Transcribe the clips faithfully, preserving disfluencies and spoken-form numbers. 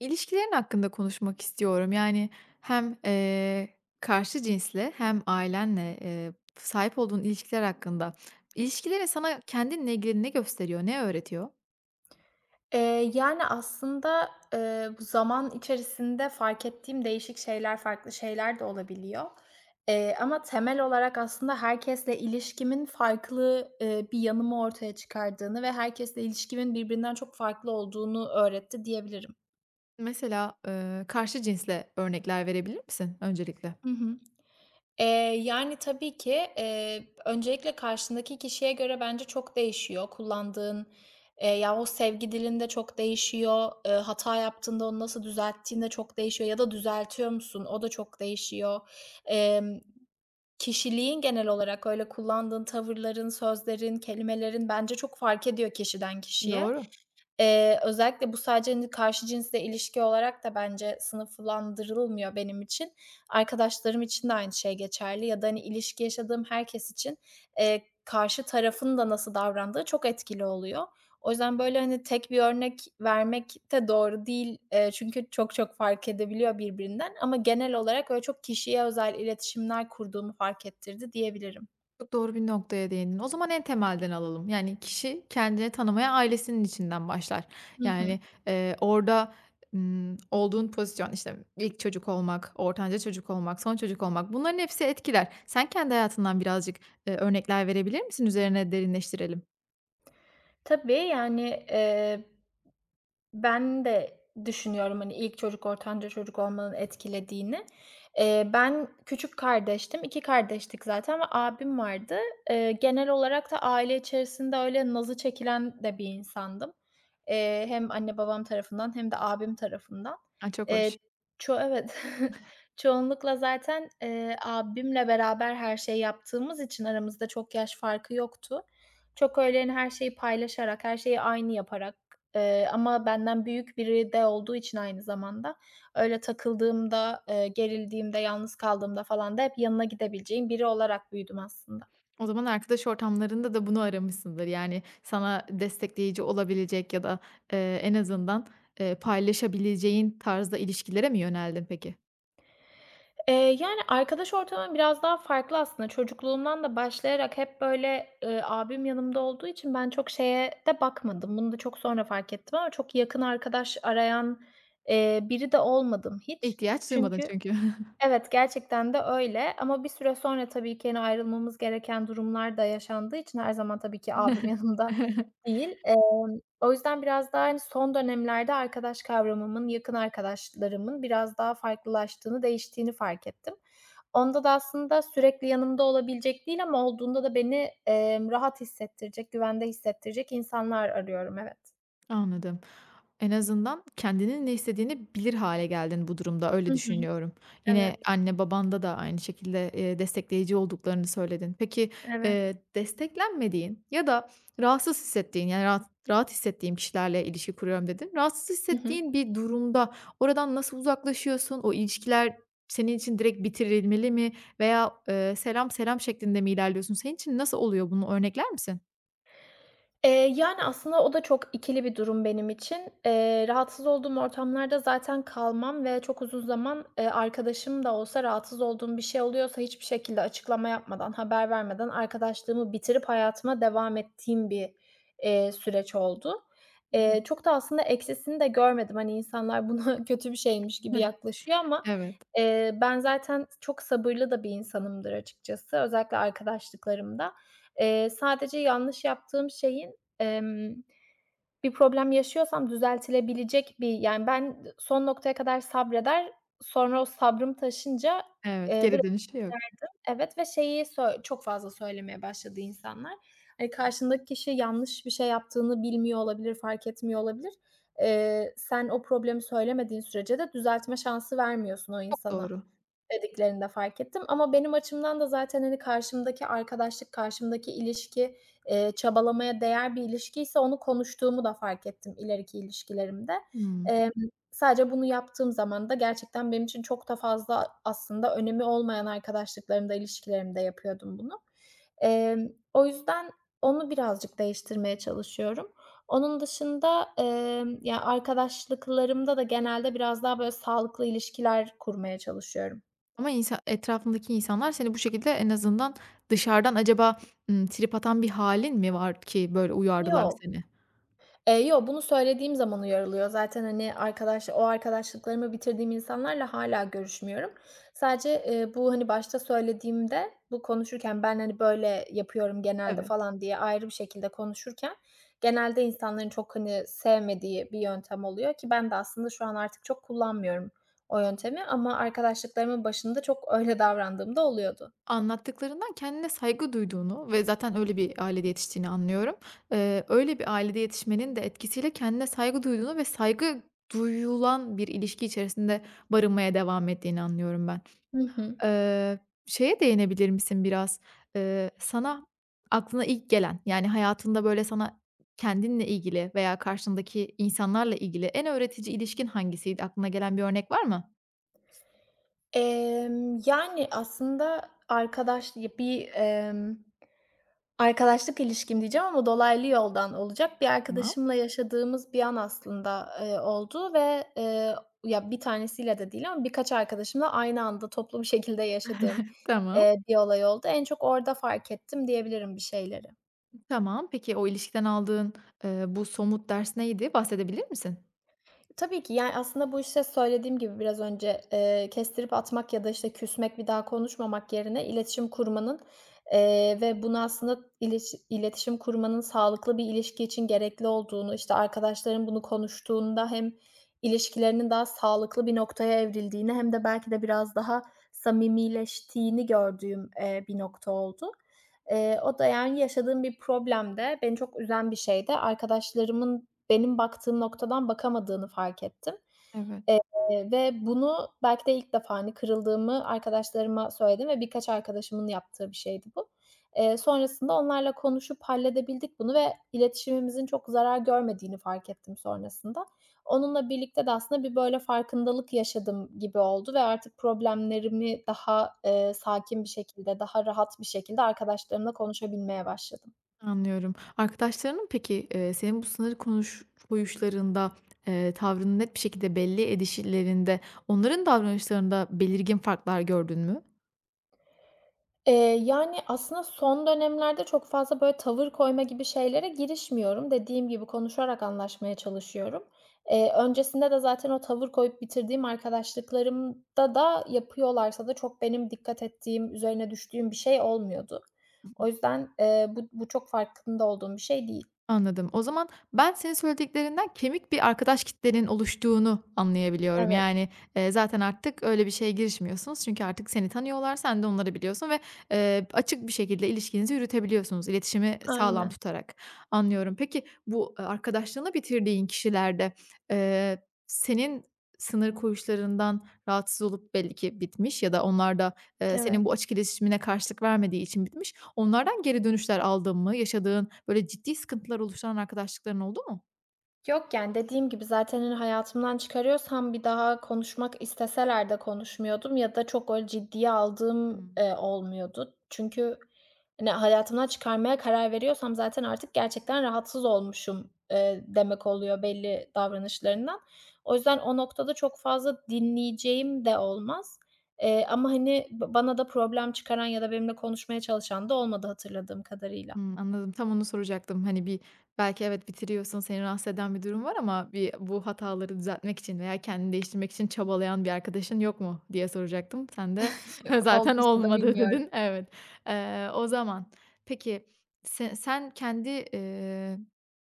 İlişkilerin hakkında konuşmak istiyorum. Yani hem, eee, karşı cinsle hem ailenle, eee, sahip olduğun ilişkiler hakkında. İlişkilerin sana kendinle ilgili ne gösteriyor, ne öğretiyor? Eee, yani, aslında, eee, bu zaman içerisinde fark ettiğim değişik şeyler, farklı şeyler de olabiliyor. Eee, ama temel olarak aslında herkesle ilişkimin farklı, eee, bir yanımı ortaya çıkardığını ve herkesle ilişkimin birbirinden çok farklı olduğunu öğretti diyebilirim. Mesela, eee, karşı cinsle örnekler verebilir misin öncelikle? Hı hı. Eee, yani, tabii ki, eee, öncelikle karşındaki kişiye göre bence çok değişiyor. Kullandığın, eee, ya, o sevgi dilinde çok değişiyor. Eee, hata yaptığında onu nasıl düzelttiğinde çok değişiyor ya da düzeltiyor musun? O da çok değişiyor. Emm, kişiliğin genel olarak öyle kullandığın tavırların, sözlerin, kelimelerin bence çok fark ediyor kişiden kişiye. Doğru. Eee, özellikle bu sadece, hani, karşı cinsle ilişki olarak da bence sınıflandırılmıyor benim için. Arkadaşlarım için de aynı şey geçerli ya da, hani, ilişki yaşadığım herkes için, eee, karşı tarafın da nasıl davrandığı çok etkili oluyor. O yüzden, böyle, hani, tek bir örnek vermek de doğru değil, eee, çünkü çok çok fark edebiliyor birbirinden ama genel olarak öyle çok kişiye özel iletişimler kurduğumu fark ettirdi diyebilirim. Çok doğru bir noktaya değindin. O zaman en temelden alalım. Yani kişi kendini tanımaya ailesinin içinden başlar. Hı hı. Yani, eee, orada, ımm, olduğun pozisyon, işte, ilk çocuk olmak, ortanca çocuk olmak, son çocuk olmak bunların hepsi etkiler. Sen kendi hayatından birazcık, eee, örnekler verebilir misin? Üzerine derinleştirelim. Tabii, yani, eee ben de düşünüyorum, hani, ilk çocuk, ortanca çocuk olmanın etkilediğini. Eee, ben küçük kardeştim. İki kardeştik zaten ve abim vardı. Eee, genel olarak da aile içerisinde öyle nazı çekilen de bir insandım. Eee, hem anne babam tarafından hem de abim tarafından. A, çok hoş. Eee, ço Evet. Çoğunlukla zaten, eee, abimle beraber her şeyi yaptığımız için aramızda çok yaş farkı yoktu. Çok öyle, hani, her şeyi paylaşarak, her şeyi aynı yaparak. Eee, ama benden büyük biri de olduğu için aynı zamanda öyle takıldığımda, eee, gerildiğimde, yalnız kaldığımda falan da hep yanına gidebileceğim biri olarak büyüdüm aslında. O zaman arkadaş ortamlarında da bunu aramışsındır. Yani sana destekleyici olabilecek ya da, eee, en azından, eee, paylaşabileceğin tarzda ilişkilere mi yöneldin peki? Eee, yani, arkadaş ortamım biraz daha farklı aslında. Çocukluğumdan da başlayarak hep böyle, eee, abim yanımda olduğu için ben çok şeye de bakmadım. Bunu da çok sonra fark ettim ama çok yakın arkadaş arayan, eee, biri de olmadım hiç. İhtiyaç duymadın Çünkü çünkü. Evet, gerçekten de öyle ama bir süre sonra tabii ki, hani, ayrılmamız gereken durumlar da yaşandığı için her zaman tabii ki abim yanımda değil. Emm, o yüzden biraz daha, hani, son dönemlerde arkadaş kavramımın, yakın arkadaşlarımın biraz daha farklılaştığını, değiştiğini fark ettim. Onda da aslında sürekli yanımda olabilecek değil ama olduğunda da beni, emm, rahat hissettirecek, güvende hissettirecek insanlar arıyorum. Evet. Anladım. En azından kendinin ne istediğini bilir hale geldin bu durumda, Hı öyle hı. düşünüyorum. Yine Evet, anne babanda da aynı şekilde, eee, destekleyici olduklarını söyledin. Peki, evet. eee, desteklenmediğin ya da rahatsız hissettiğin, yani, rahat rahat hissettiğim kişilerle ilişki kuruyorum dedin. Rahatsız Hı hı. hissettiğin bir durumda oradan nasıl uzaklaşıyorsun? O ilişkiler senin için direkt bitirilmeli mi veya, eee, selam selam şeklinde mi ilerliyorsun? Senin için nasıl oluyor bunu örnekler misin? Eee, yani, aslında o da çok ikili bir durum benim için. Eee, rahatsız olduğum ortamlarda zaten kalmam ve çok uzun zaman, eee, arkadaşım da olsa rahatsız olduğum bir şey oluyorsa hiçbir şekilde açıklama yapmadan, haber vermeden arkadaşlığımı bitirip hayatıma devam ettiğim bir, eee, süreç oldu. Hı hı. Eee, çok da aslında eksisini de görmedim. Hani, insanlar buna kötü bir şeymiş gibi yaklaşıyor ama, Evet, eee, ben zaten çok sabırlı da bir insanımdır açıkçası, özellikle arkadaşlıklarımda. Eee, sadece yanlış yaptığım şeyin. Emm, bir problem yaşıyorsam düzeltilebilecek bir. Yani ben son noktaya kadar sabreder, sonra o sabrım taşınca, evet. eee, bıra Geri dönüşü yok. evet ve şeyi sö çok fazla söylemeye başladı insanlar. Hani, karşındaki kişi yanlış bir şey yaptığını bilmiyor olabilir, fark etmiyor olabilir. Eee, sen o problemi söylemediğin sürece de düzeltme şansı vermiyorsun o Çok insana doğru. dediklerinde fark ettim ama benim açımdan da zaten, hani, karşımdaki arkadaşlık, karşımdaki ilişki, eee, çabalamaya değer bir ilişkiyse onu konuştuğumu da fark ettim ileriki ilişkilerimde. Hımm. Emm, sadece bunu yaptığım zaman da gerçekten benim için çok da fazla aslında önemi olmayan arkadaşlıklarımda, ilişkilerimde yapıyordum bunu. Emm, o yüzden onu birazcık değiştirmeye çalışıyorum. Onun dışında, emm, ya, arkadaşlıklarımda da genelde biraz daha, böyle, sağlıklı ilişkiler kurmaya çalışıyorum. Ama insa Etrafındaki insanlar seni bu şekilde en azından dışarıdan acaba, ımm, trip atan bir hâlin mi var ki böyle uyardılar Yok. seni? Eee, yo, bunu söylediğim zaman uyarılıyor. Zaten, hani, arkadaş o arkadaşlıklarımı bitirdiğim insanlarla hala görüşmüyorum. Sadece, eee, bu, hani, başta söylediğimde, bu konuşurken ben, hani, böyle yapıyorum genelde Evet. falan diye ayrı bir şekilde konuşurken genelde insanların çok, hani, sevmediği bir yöntem oluyor ki ben de aslında şu an artık çok kullanmıyorum o yöntemi ama arkadaşlıklarımın başında çok öyle davrandığımda oluyordu. Anlattıklarından kendine saygı duyduğunu ve zaten öyle bir ailede yetiştiğini anlıyorum. Eee, öyle bir ailede yetişmenin de etkisiyle kendine saygı duyduğunu ve saygı duyulan bir ilişki içerisinde barınmaya devam ettiğini anlıyorum ben. Hı hı. Eee, Şeye değinebilir misin biraz? Eee, sana aklına ilk gelen, yani, hayatında, böyle, sana kendinle ilgili veya karşındaki insanlarla ilgili en öğretici ilişkin hangisiydi? Aklına gelen bir örnek var mı? Emm, yani, aslında arkadaş ya, bir, emm, arkadaşlık ilişkim diyeceğim ama dolaylı yoldan olacak. Bir Tamam, arkadaşımla yaşadığımız bir an aslında, eee, oldu ve, eee, ya, bir tanesiyle de değil ama birkaç arkadaşımla aynı anda toplu bir şekilde yaşadığım, tamam, eee, bir olay oldu. En çok orada fark ettim diyebilirim bir şeyleri. tamam. Peki o ilişkiden aldığın, eee, bu somut ders neydi? Bahsedebilir misin? Tabii ki. Yani, aslında bu, işte, söylediğim gibi biraz önce, eee, kestirip atmak ya da, işte, küsmek, bir daha konuşmamak yerine iletişim kurmanın, eee, ve bunu aslında iletişi iletişim kurmanın sağlıklı bir ilişki için gerekli olduğunu, işte, arkadaşların bunu konuştuğunda hem ilişkilerinin daha sağlıklı bir noktaya evrildiğini hem de belki de biraz daha samimileştiğini gördüğüm, eee, bir nokta oldu. Eee, o da, yani, yaşadığım bir problem de, beni çok üzen bir şey de arkadaşlarımın benim baktığım noktadan bakamadığını fark ettim. Evet. Eee, ve bunu belki de ilk defa, hani, kırıldığımı arkadaşlarıma söyledim ve birkaç arkadaşımın yaptığı bir şeydi bu. Eee, sonrasında onlarla konuşup halledebildik bunu ve iletişimimizin çok zarar görmediğini fark ettim sonrasında. Onunla birlikte de aslında bir böyle farkındalık yaşadım gibi oldu ve artık problemlerimi daha, eee, sakin bir şekilde, daha rahat bir şekilde arkadaşlarımla konuşabilmeye başladım. Anlıyorum. Arkadaşlarının peki, eee, senin bu sınır konuş koyuşlarında, eee, tavrını net bir şekilde belli edişlerinde, onların davranışlarında belirgin farklar gördün mü? Eee, yani, aslında son dönemlerde çok fazla, böyle, tavır koyma gibi şeylere girişmiyorum. Dediğim gibi konuşarak anlaşmaya çalışıyorum. Eee, öncesinde de zaten o tavır koyup bitirdiğim arkadaşlıklarımda da yapıyorlarsa da çok benim dikkat ettiğim, üzerine düştüğüm bir şey olmuyordu. O yüzden, eee, bu bu çok farkında olduğum bir şey değil. Anladım. O zaman ben senin söylediklerinden kemik bir arkadaş kitlenin oluştuğunu anlayabiliyorum. Evet, Yani, eee, zaten artık öyle bir şeye girişmiyorsunuz çünkü artık seni tanıyorlar, sen de onları biliyorsun ve, eee, açık bir şekilde ilişkinizi yürütebiliyorsunuz, iletişimi sağlam aynen. tutarak. Anlıyorum. Peki bu, eee, arkadaşlığını bitirdiğin kişilerde, eee, senin sınır koyuşlarından rahatsız olup belli ki bitmiş ya da onlar da, eee, senin Evet. bu açık iletişimine karşılık vermediği için bitmiş. Onlardan geri dönüşler aldın mı? Yaşadığın, böyle, ciddi sıkıntılar oluşturan arkadaşlıkların oldu mu? Yok, yani, dediğim gibi zaten, hani, hayatımdan çıkarıyorsam bir daha konuşmak isteseler de konuşmuyordum ya da çok öyle ciddiye aldığım, Hımm. eee, olmuyordu. Çünkü, hani, hayatımdan çıkarmaya karar veriyorsam zaten artık gerçekten rahatsız olmuşum, eee, demek oluyor belli davranışlarından. O yüzden o noktada çok fazla dinleyeceğim de olmaz. Eee, ama, hani, ba bana da problem çıkaran ya da benimle konuşmaya çalışan da olmadı hatırladığım kadarıyla. Hımm, anladım. Tam onu soracaktım. Hani, bir belki evet, bitiriyorsun, seni rahatsız eden bir durum var ama bir bu hataları düzeltmek için veya kendini değiştirmek için çabalayan bir arkadaşın yok mu diye soracaktım. Sen de Yok, zaten olduysa da olmadı bilmiyorum. dedin. Evet. Eee, o zaman peki se sen kendi, eee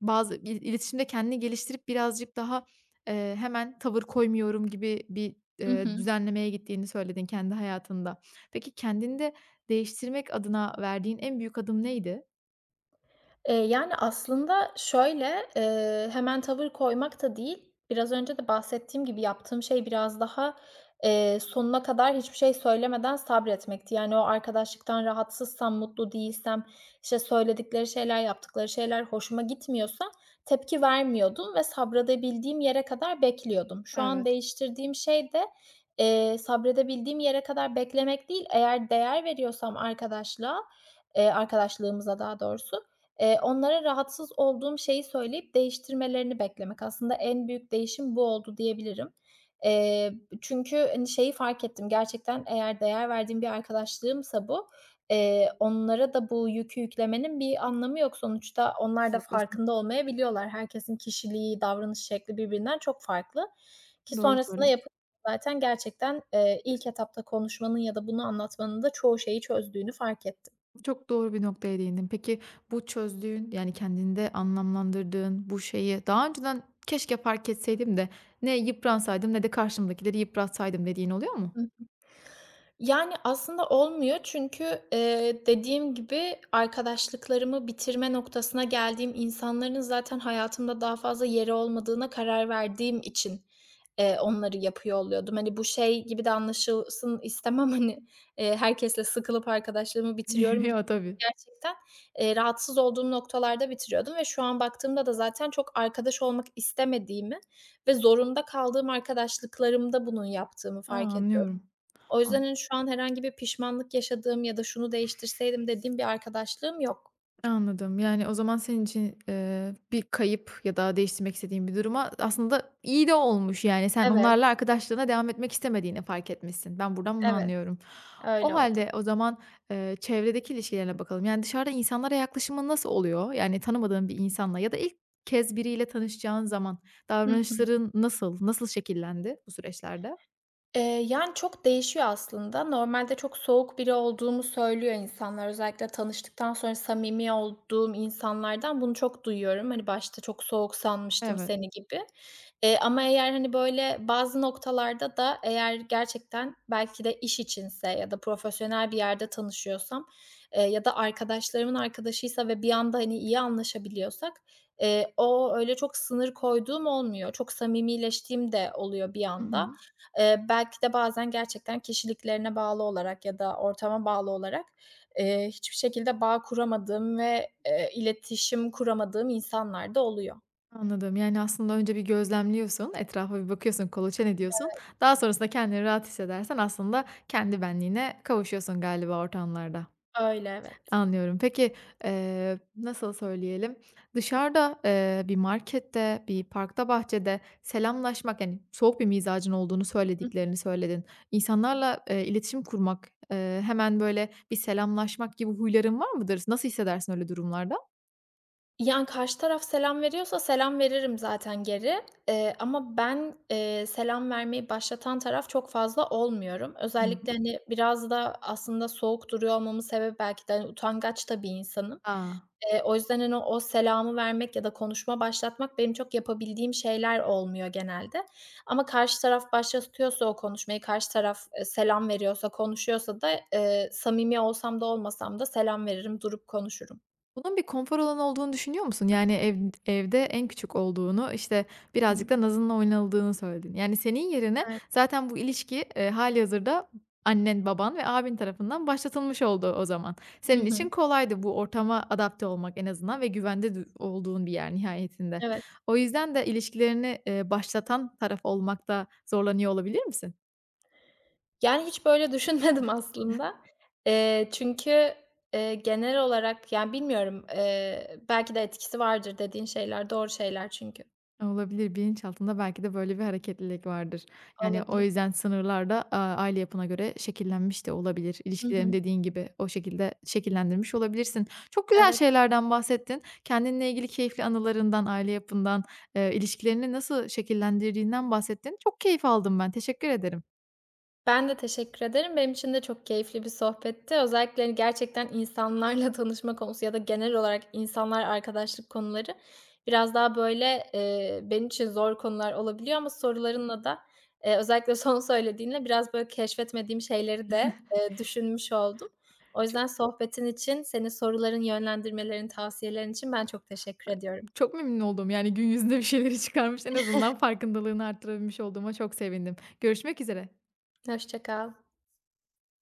bazı i iletişimde kendini geliştirip birazcık daha, eee, hemen tavır koymuyorum gibi bir, eee, I düzenlemeye gittiğini söyledin kendi hayatında. Peki kendinde değiştirmek adına verdiğin en büyük adım neydi? Eee, yani, aslında şöyle, eee, hemen tavır koymak da değil, biraz önce de bahsettiğim gibi yaptığım şey biraz daha, eee, sonuna kadar hiçbir şey söylemeden sabretmekti. Yani, o arkadaşlıktan rahatsızsam, mutlu değilsem, işte, söyledikleri şeyler, yaptıkları şeyler hoşuma gitmiyorsa tepki vermiyordum ve sabredebildiğim yere kadar bekliyordum. Şu an Evet. değiştirdiğim şey de, eee, sabredebildiğim yere kadar beklemek değil, eğer değer veriyorsam arkadaşlığa, eee, arkadaşlığımıza daha doğrusu. Eee, onlara rahatsız olduğum şeyi söyleyip değiştirmelerini beklemek. Aslında en büyük değişim bu oldu diyebilirim. Eee, çünkü, hani, şeyi fark ettim, gerçekten eğer değer verdiğim bir arkadaşlığımsa bu, eee, onlara da bu yükü yüklemenin bir anlamı yok. Sonuçta onlar da Haklısın. farkında olmayabiliyorlar. Herkesin kişiliği, davranış şekli birbirinden çok farklı ki Doğru sonrasında yapı söylüyorsun. zaten gerçekten, eee, ilk etapta konuşmanın ya da bunu anlatmanın da çoğu şeyi çözdüğünü fark ettim. Çok doğru bir noktaya değindin. Peki bu çözdüğün, yani kendinde anlamlandırdığın bu şeyi daha önceden "Keşke fark etseydim de ne yıpransaydım ne de karşımdakileri yıpratsaydım." dediğin oluyor mu? Yani, aslında olmuyor çünkü, eee, dediğim gibi arkadaşlıklarımı bitirme noktasına geldiğim insanların zaten hayatımda daha fazla yeri olmadığına karar verdiğim için, eee, onları yapıyor oluyordum. Hani, bu şey gibi de anlaşılsın istemem, hani, eee, herkesle sıkılıp arkadaşlığımı bitiriyorum gibi Ya, tabii. gerçekten, eee, rahatsız olduğum noktalarda bitiriyordum ve şu an baktığımda da zaten çok arkadaş olmak istemediğimi ve zorunda kaldığım arkadaşlıklarımda bunun yaptığımı A, fark ediyorum. anlıyorum. O yüzden, An hani, şu an herhangi bir pişmanlık yaşadığım ya da şunu değiştirseydim dediğim bir arkadaşlığım yok. Anladım. Yani, o zaman senin için, eee, bir kayıp ya da değiştirmek istediğin bir duruma aslında iyi de olmuş, yani, sen onlarla Evet, arkadaşlığına devam etmek istemediğini fark etmişsin. Ben buradan bunu evet. anlıyorum. O Öyle oldu. halde o zaman, eee, çevredeki ilişkilerine bakalım. Yani, dışarıda insanlara yaklaşımın nasıl oluyor? Yani, tanımadığın bir insanla ya da ilk kez biriyle tanışacağın zaman Hı hı. davranışların nasıl, nasıl şekillendi bu süreçlerde? Eee, yani, çok değişiyor aslında. Normalde çok soğuk biri olduğumu söylüyor insanlar. Özellikle tanıştıktan sonra samimi olduğum insanlardan bunu çok duyuyorum. Hani, başta çok soğuk sanmıştım Evet. seni gibi. Eee, ama eğer, hani, böyle, bazı noktalarda da eğer gerçekten belki de iş içinse ya da profesyonel bir yerde tanışıyorsam, eee, ya da arkadaşlarımın arkadaşıysa ve bir anda, hani, iyi anlaşabiliyorsak, eee, o öyle çok sınır koyduğum olmuyor. Çok samimileştiğim de oluyor bir anda. Eee, belki de bazen gerçekten kişiliklerine bağlı olarak ya da ortama bağlı olarak, eee, hiçbir şekilde bağ kuramadığım ve, eee, iletişim kuramadığım insanlar da oluyor. Anladım. Yani, aslında önce bir gözlemliyorsun, etrafa bir bakıyorsun, kolaçan ediyorsun. Daha sonrasında kendini rahat hissedersen aslında kendi benliğine kavuşuyorsun galiba ortamlarda. Öyle, evet. Anlıyorum. Peki, eee, nasıl söyleyelim, dışarıda, eee, bir markette, bir parkta, bahçede selamlaşmak, yani, soğuk bir mizacın olduğunu söylediklerini söyledin. İnsanlarla, eee, iletişim kurmak, eee, hemen, böyle, bir selamlaşmak gibi huyların var mıdır? Nasıl hissedersin öyle durumlarda? Yani, karşı taraf selam veriyorsa selam veririm zaten geri, eee, ama ben, eee, selam vermeyi başlatan taraf çok fazla olmuyorum. Hı hı. Özellikle, hani, biraz da aslında soğuk duruyor olmamın sebebi belki de, hani, utangaç da bir insanım. Eee, o yüzden, hani, o selamı vermek ya da konuşma başlatmak benim çok yapabildiğim şeyler olmuyor genelde. Ama karşı taraf başlatıyorsa o konuşmayı, karşı taraf, eee, selam veriyorsa, konuşuyorsa da, eee, samimi olsam da olmasam da selam veririm, durup konuşurum. Bunun bir konfor alanı olduğunu düşünüyor musun? Yani ev evde en küçük olduğunu, işte, birazcık hı. da nazınla oynanıldığını söyledin. Yani senin yerine Evet. zaten bu ilişki, eee, hâlihazırda annen, baban ve abin tarafından başlatılmış oldu o zaman. Hı Senin için hı. kolaydı bu ortama adapte olmak en azından ve güvende du olduğun bir yer nihayetinde. Evet. O yüzden de ilişkilerini, eee, başlatan taraf olmakta zorlanıyor olabilir misin? Yani, hiç böyle düşünmedim aslında. Eee, çünkü, eee, genel olarak, yani, bilmiyorum, eee, belki de etkisi vardır dediğin şeyler doğru şeyler çünkü. Olabilir, bilinçaltında belki de böyle bir hareketlilik vardır. Yani, o Olabilir. yüzden sınırlar da, aaa, aile yapına göre şekillenmiş de olabilir. Hı İlişkilerini hı. dediğin gibi o şekilde şekillendirmiş olabilirsin. Çok güzel Evet. şeylerden bahsettin. Kendinle ilgili keyifli anılarından, aile yapından, eee, ilişkilerini nasıl şekillendirdiğinden bahsettin. Çok keyif aldım ben, teşekkür ederim. Ben de teşekkür ederim. Benim için de çok keyifli bir sohbetti. Özellikle, hani, gerçekten insanlarla tanışma konusu ya da genel olarak insanlar, arkadaşlık konuları biraz daha, böyle, eee, benim için zor konular olabiliyor ama sorularınla da, eee, özellikle son söylediğinle biraz, böyle, keşfetmediğim şeyleri de, eee, düşünmüş oldum. O Ço yüzden sohbetin için, senin soruların, yönlendirmelerin, tavsiyelerin için ben çok teşekkür ediyorum. Çok memnun oldum, yani, gün yüzünde bir şeyleri çıkarmış, en azından farkındalığını arttırabilmiş olduğuma çok sevindim. Görüşmek üzere. Hoşça kal.